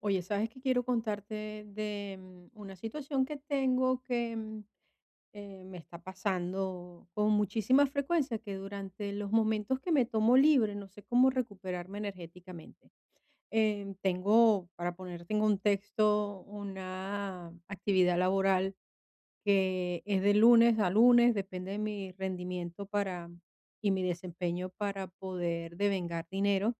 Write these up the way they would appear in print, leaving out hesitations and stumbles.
Oye, sabes que quiero contarte de una situación que me está pasando con muchísima frecuencia, que durante los momentos que me tomo libre no sé cómo recuperarme energéticamente. Tengo, para ponerte en contexto, una actividad laboral que es de lunes a lunes, depende de mi rendimiento para y mi desempeño para poder devengar dinero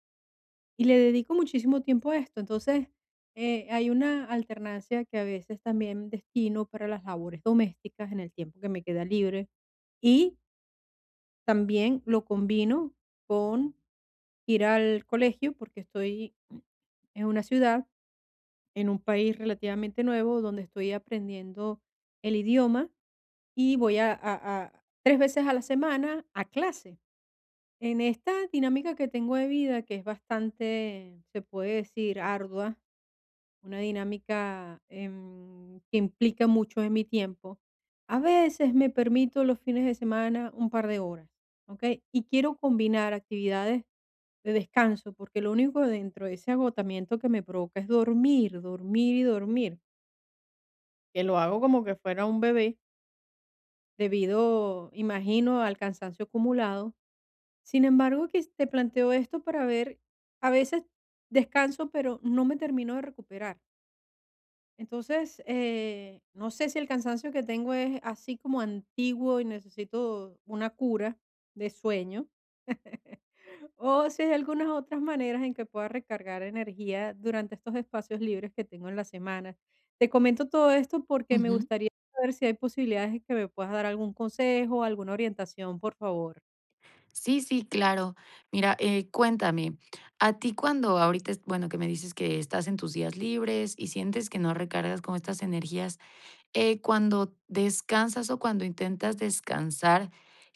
y le dedico muchísimo tiempo a esto. Entonces, hay una alternancia que a veces también destino para las labores domésticas en el tiempo que me queda libre. Y también lo combino con ir al colegio porque estoy en una ciudad, en un país relativamente nuevo, donde estoy aprendiendo el idioma y voy tres veces a la semana a clase. En esta dinámica que tengo de vida, que es bastante, se puede decir, ardua, una dinámica que implica mucho de mi tiempo, a veces me permito los fines de semana un par de horas, ¿ok? Y quiero combinar actividades de descanso, porque lo único dentro de ese agotamiento que me provoca es dormir, dormir y dormir, que lo hago como que fuera un bebé, debido, imagino, al cansancio acumulado. Sin embargo, que te planteo esto para ver, a veces descanso, pero no me termino de recuperar. Entonces, no sé si el cansancio que tengo es así como antiguo y necesito una cura de sueño, o si hay algunas otras maneras en que pueda recargar energía durante estos espacios libres que tengo en la semana. Te comento todo esto porque me Ujú. gustaría saber si hay posibilidades de que me puedas dar algún consejo, alguna orientación, por favor. Sí, sí, claro. Mira, cuéntame, a ti cuando ahorita, bueno, que me dices que estás en tus días libres y sientes que no recargas con estas energías, cuando descansas o cuando intentas descansar,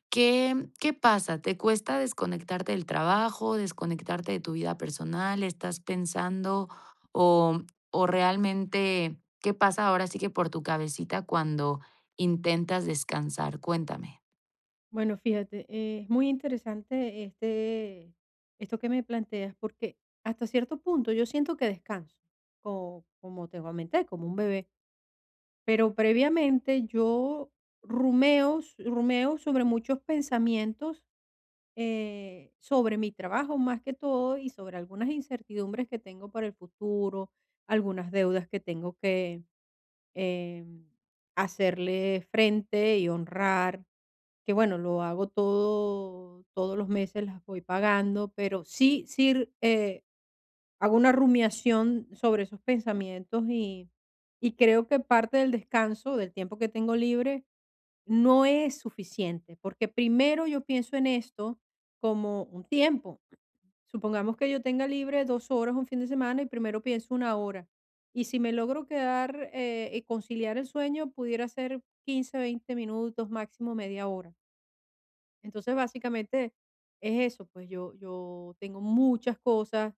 ¿qué pasa? ¿Te cuesta desconectarte del trabajo, desconectarte de tu vida personal? ¿Estás pensando o, o realmente qué pasa ahora sí que por tu cabecita cuando intentas descansar? Cuéntame. Bueno, fíjate, es muy interesante esto que me planteas, porque hasta cierto punto yo siento que descanso, como te comenté, como un bebé, pero previamente yo rumeo sobre muchos pensamientos sobre mi trabajo más que todo y sobre algunas incertidumbres que tengo para el futuro, algunas deudas que tengo que em, hacerle frente y honrar, que bueno, lo hago todo, todos los meses las voy pagando, pero sí, sí, eh, hago una rumiación sobre esos pensamientos y creo que parte del descanso, del tiempo que tengo libre, no es suficiente, porque primero yo pienso en esto, como un tiempo. Supongamos que yo tenga libre 2 horas un fin de semana y primero pienso una hora. Y si me logro quedar, y conciliar el sueño, pudiera ser 15 20 minutos, máximo media hora. Entonces, básicamente es eso, pues yo tengo muchas cosas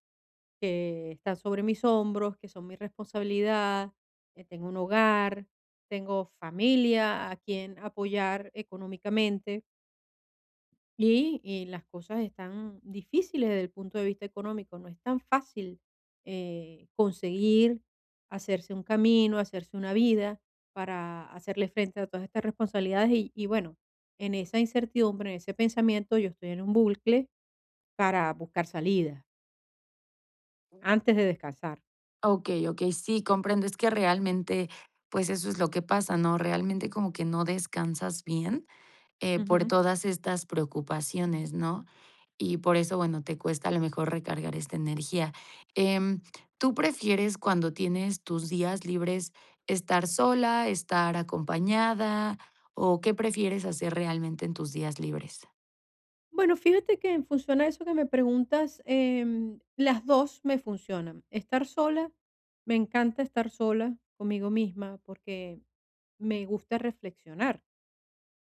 que están sobre mis hombros, que son mi responsabilidad, tengo un hogar, tengo familia a quien apoyar económicamente. Y las cosas están difíciles desde el punto de vista económico. No es tan fácil conseguir hacerse un camino, hacerse una vida para hacerle frente a todas estas responsabilidades. Y bueno, en esa incertidumbre, en ese pensamiento, yo estoy en un bucle para buscar salida antes de descansar. Okey, okey, sí, comprendo. Es que realmente, pues, eso es lo que pasa, ¿no? Realmente como que no descansas bien, por Ujú. todas estas preocupaciones, ¿no? Y por eso, bueno, te cuesta a lo mejor recargar esta energía. Em, ¿Tú prefieres cuando tienes tus días libres estar sola, estar acompañada, o qué prefieres hacer realmente en tus días libres? Bueno, fíjate que funciona eso que me preguntas, las 2 me funcionan. Estar sola, me encanta estar sola conmigo misma porque me gusta reflexionar,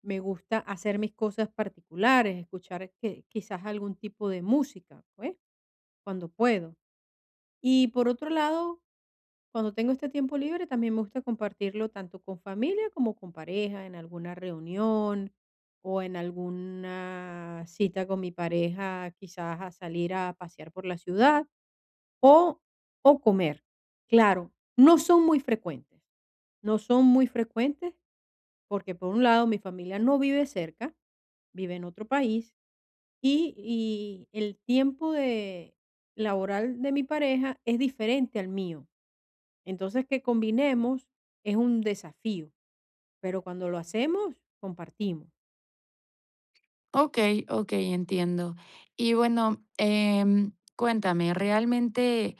me gusta hacer mis cosas particulares, escuchar que quizás algún tipo de música, ¿eh? Cuando puedo. Y por otro lado, cuando tengo este tiempo libre, también me gusta compartirlo tanto con familia como con pareja, en alguna reunión, o en alguna cita con mi pareja, quizás a salir a pasear por la ciudad o, o comer. Claro, no son muy frecuentes, no son muy frecuentes porque por un lado mi familia no vive cerca, vive en otro país y el tiempo de laboral de mi pareja es diferente al mío. Entonces que combinemos es un desafío, pero cuando lo hacemos, compartimos. Okey, okey, entiendo. Y bueno, cuéntame, ¿realmente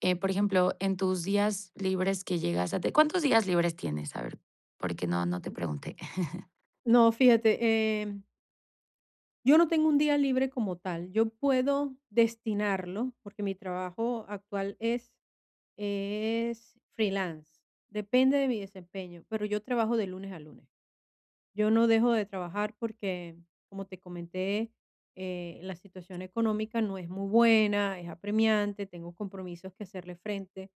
Por ejemplo, en tus días libres que llegas a te ¿cuántos días libres tienes? A ver, porque no te pregunté. No, fíjate, yo no tengo un día libre como tal. Yo puedo destinarlo, porque mi trabajo actual es, freelance. Depende de mi desempeño, pero yo trabajo de lunes a lunes. Yo no dejo de trabajar porque, como te comenté, la situación económica no es muy buena, es apremiante, tengo compromisos que hacerle frente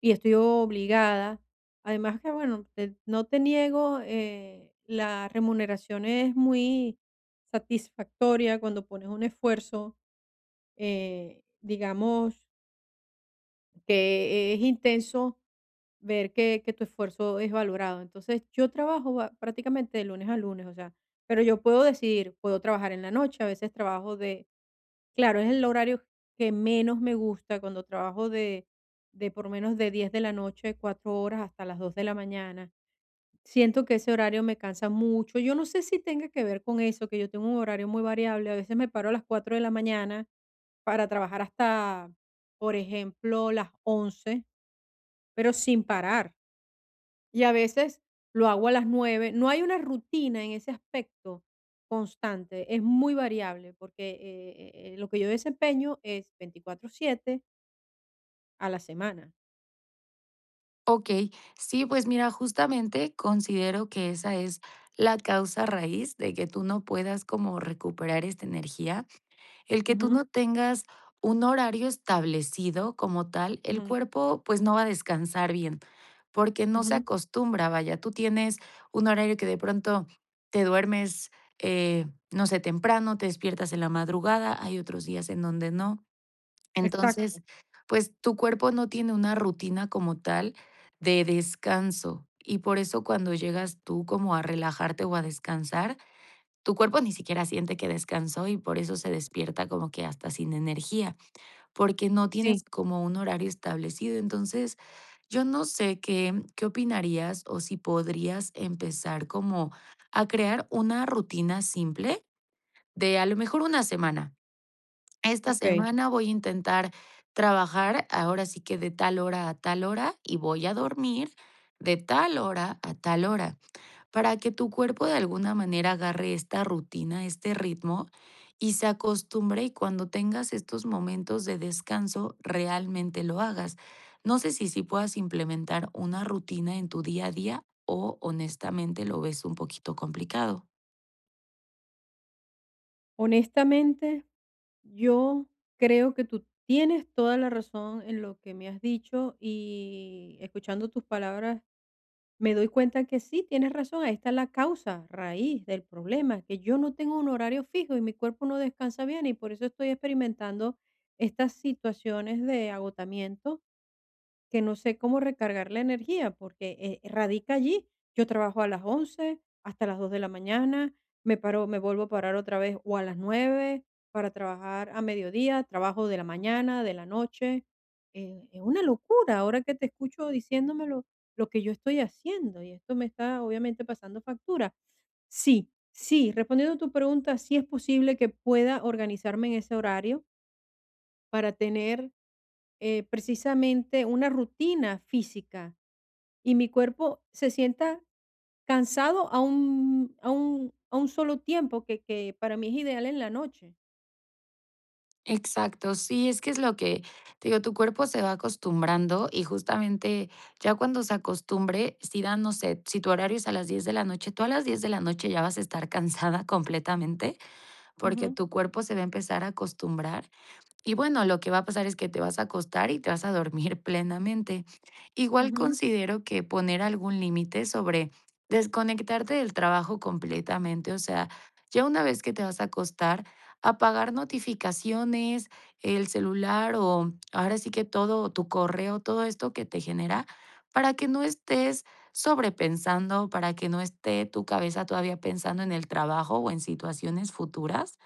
y estoy obligada. Además que, bueno, no te niego, la remuneración es muy satisfactoria cuando pones un esfuerzo, digamos, que es intenso ver que tu esfuerzo es valorado. Entonces, yo trabajo prácticamente de lunes a lunes, o sea, pero yo puedo decidir, puedo trabajar en la noche, a veces trabajo claro, es el horario que menos me gusta cuando trabajo de por lo menos de 10 de la noche, 4 horas hasta las 2 de la mañana. Siento que ese horario me cansa mucho. Yo no sé si tenga que ver con eso, que yo tengo un horario muy variable. A veces me paro a las 4 de la mañana para trabajar hasta por ejemplo, las 11, pero sin parar. Y a veces lo hago a las 9. No hay una rutina en ese aspecto constante, es muy variable, porque lo que yo desempeño es 24/7 a la semana. Okey, sí, pues mira, justamente considero que esa es la causa raíz de que tú no puedas como recuperar esta energía. El que tú Ujú, no tengas un horario establecido como tal, el ujú, cuerpo, pues, no va a descansar bien, porque no se ujú, acostumbra, vaya, tú tienes un horario que de pronto te duermes, no sé, temprano, te despiertas en la madrugada, hay otros días en donde no. Entonces, exacto. pues, tu cuerpo no tiene una rutina como tal de descanso, y por eso cuando llegas tú como a relajarte o a descansar, tu cuerpo ni siquiera siente que descansó y por eso se despierta como que hasta sin energía, porque no tienes Sí, como un horario establecido. Entonces, yo no sé qué opinarías o si podrías empezar como a crear una rutina simple de a lo mejor una semana. Esta ok. semana voy a intentar trabajar ahora sí que de tal hora a tal hora y voy a dormir de tal hora a tal hora para que tu cuerpo de alguna manera agarre esta rutina, este ritmo y se acostumbre, y cuando tengas estos momentos de descanso realmente lo hagas. No sé si puedas implementar una rutina en tu día a día o honestamente lo ves un poquito complicado. Honestamente, yo creo que tú tienes toda la razón en lo que me has dicho y escuchando tus palabras me doy cuenta que sí, tienes razón, ahí está la causa, raíz del problema, que yo no tengo un horario fijo y mi cuerpo no descansa bien y por eso estoy experimentando estas situaciones de agotamiento que no sé cómo recargar la energía, porque, radica allí. Yo trabajo a las 11 hasta las 2 de la mañana, me vuelvo a parar otra vez, o a las 9 para trabajar a mediodía, trabajo de la mañana, de la noche. Es una locura ahora que te escucho diciéndomelo, lo que yo estoy haciendo, y esto me está, obviamente, pasando factura. Sí, sí, respondiendo a tu pregunta, sí es posible que pueda organizarme en ese horario para tener, precisamente una rutina física y mi cuerpo se sienta cansado a un solo tiempo que para mí es ideal en la noche. Exacto, sí, es que es lo que te digo, tu cuerpo se va acostumbrando y justamente ya cuando se acostumbre, si dan, no sé, si tu horario es a las 10 de la noche, tú a las 10 de la noche ya vas a estar cansada completamente, porque Ujú, tu cuerpo se va a empezar a acostumbrar, y bueno, lo que va a pasar es que te vas a acostar y te vas a dormir plenamente. Igual ujú, considero que poner algún límite sobre desconectarte del trabajo completamente, o sea, ya una vez que te vas a acostar, apagar notificaciones, el celular o ahora sí que todo, tu correo, todo esto que te genera, para que no estés sobrepensando, para que no esté tu cabeza todavía pensando en el trabajo o en situaciones futuras.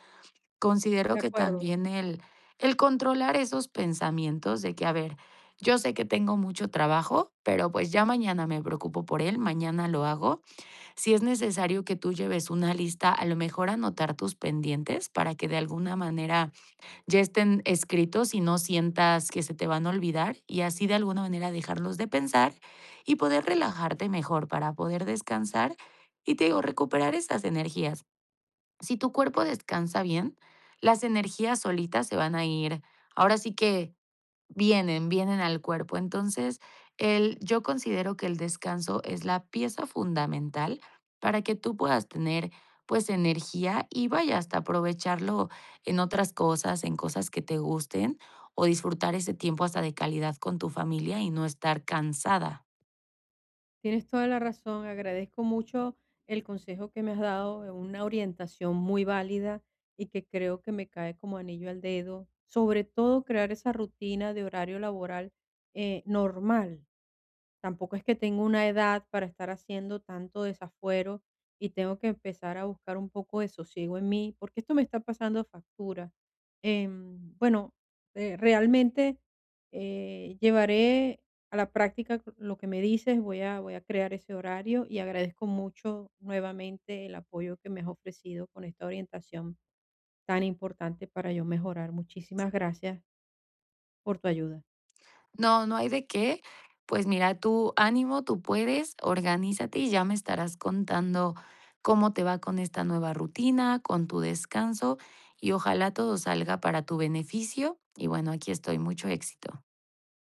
Considero de que acuerdo. también el controlar esos pensamientos de que, a ver, yo sé que tengo mucho trabajo, pero, pues, ya mañana me preocupo por él, mañana lo hago. Si es necesario que tú lleves una lista, a lo mejor anotar tus pendientes para que de alguna manera ya estén escritos y no sientas que se te van a olvidar, y así de alguna manera dejarlos de pensar y poder relajarte mejor para poder descansar y, te digo, recuperar esas energías. Si tu cuerpo descansa bien, las energías solitas se van a ir. Ahora sí que vienen, vienen al cuerpo. Entonces, el, yo considero que el descanso es la pieza fundamental para que tú puedas tener, pues, energía y vaya hasta aprovecharlo en otras cosas, en cosas que te gusten o disfrutar ese tiempo hasta de calidad con tu familia y no estar cansada. Tienes toda la razón, agradezco mucho el consejo que me has dado, es una orientación muy válida y que creo que me cae como anillo al dedo, sobre todo crear esa rutina de horario laboral, normal. Tampoco es que tengo una edad para estar haciendo tanto desafuero y tengo que empezar a buscar un poco de sosiego en mí, porque esto me está pasando factura. Bueno, realmente llevaré a la práctica lo que me dices, voy a crear ese horario y agradezco mucho nuevamente el apoyo que me has ofrecido con esta orientación tan importante para yo mejorar. Muchísimas gracias por tu ayuda. No, no hay de qué. Pues mira, tú ánimo, tú puedes, organízate y ya me estarás contando cómo te va con esta nueva rutina, con tu descanso y ojalá todo salga para tu beneficio. Y bueno, aquí estoy, mucho éxito.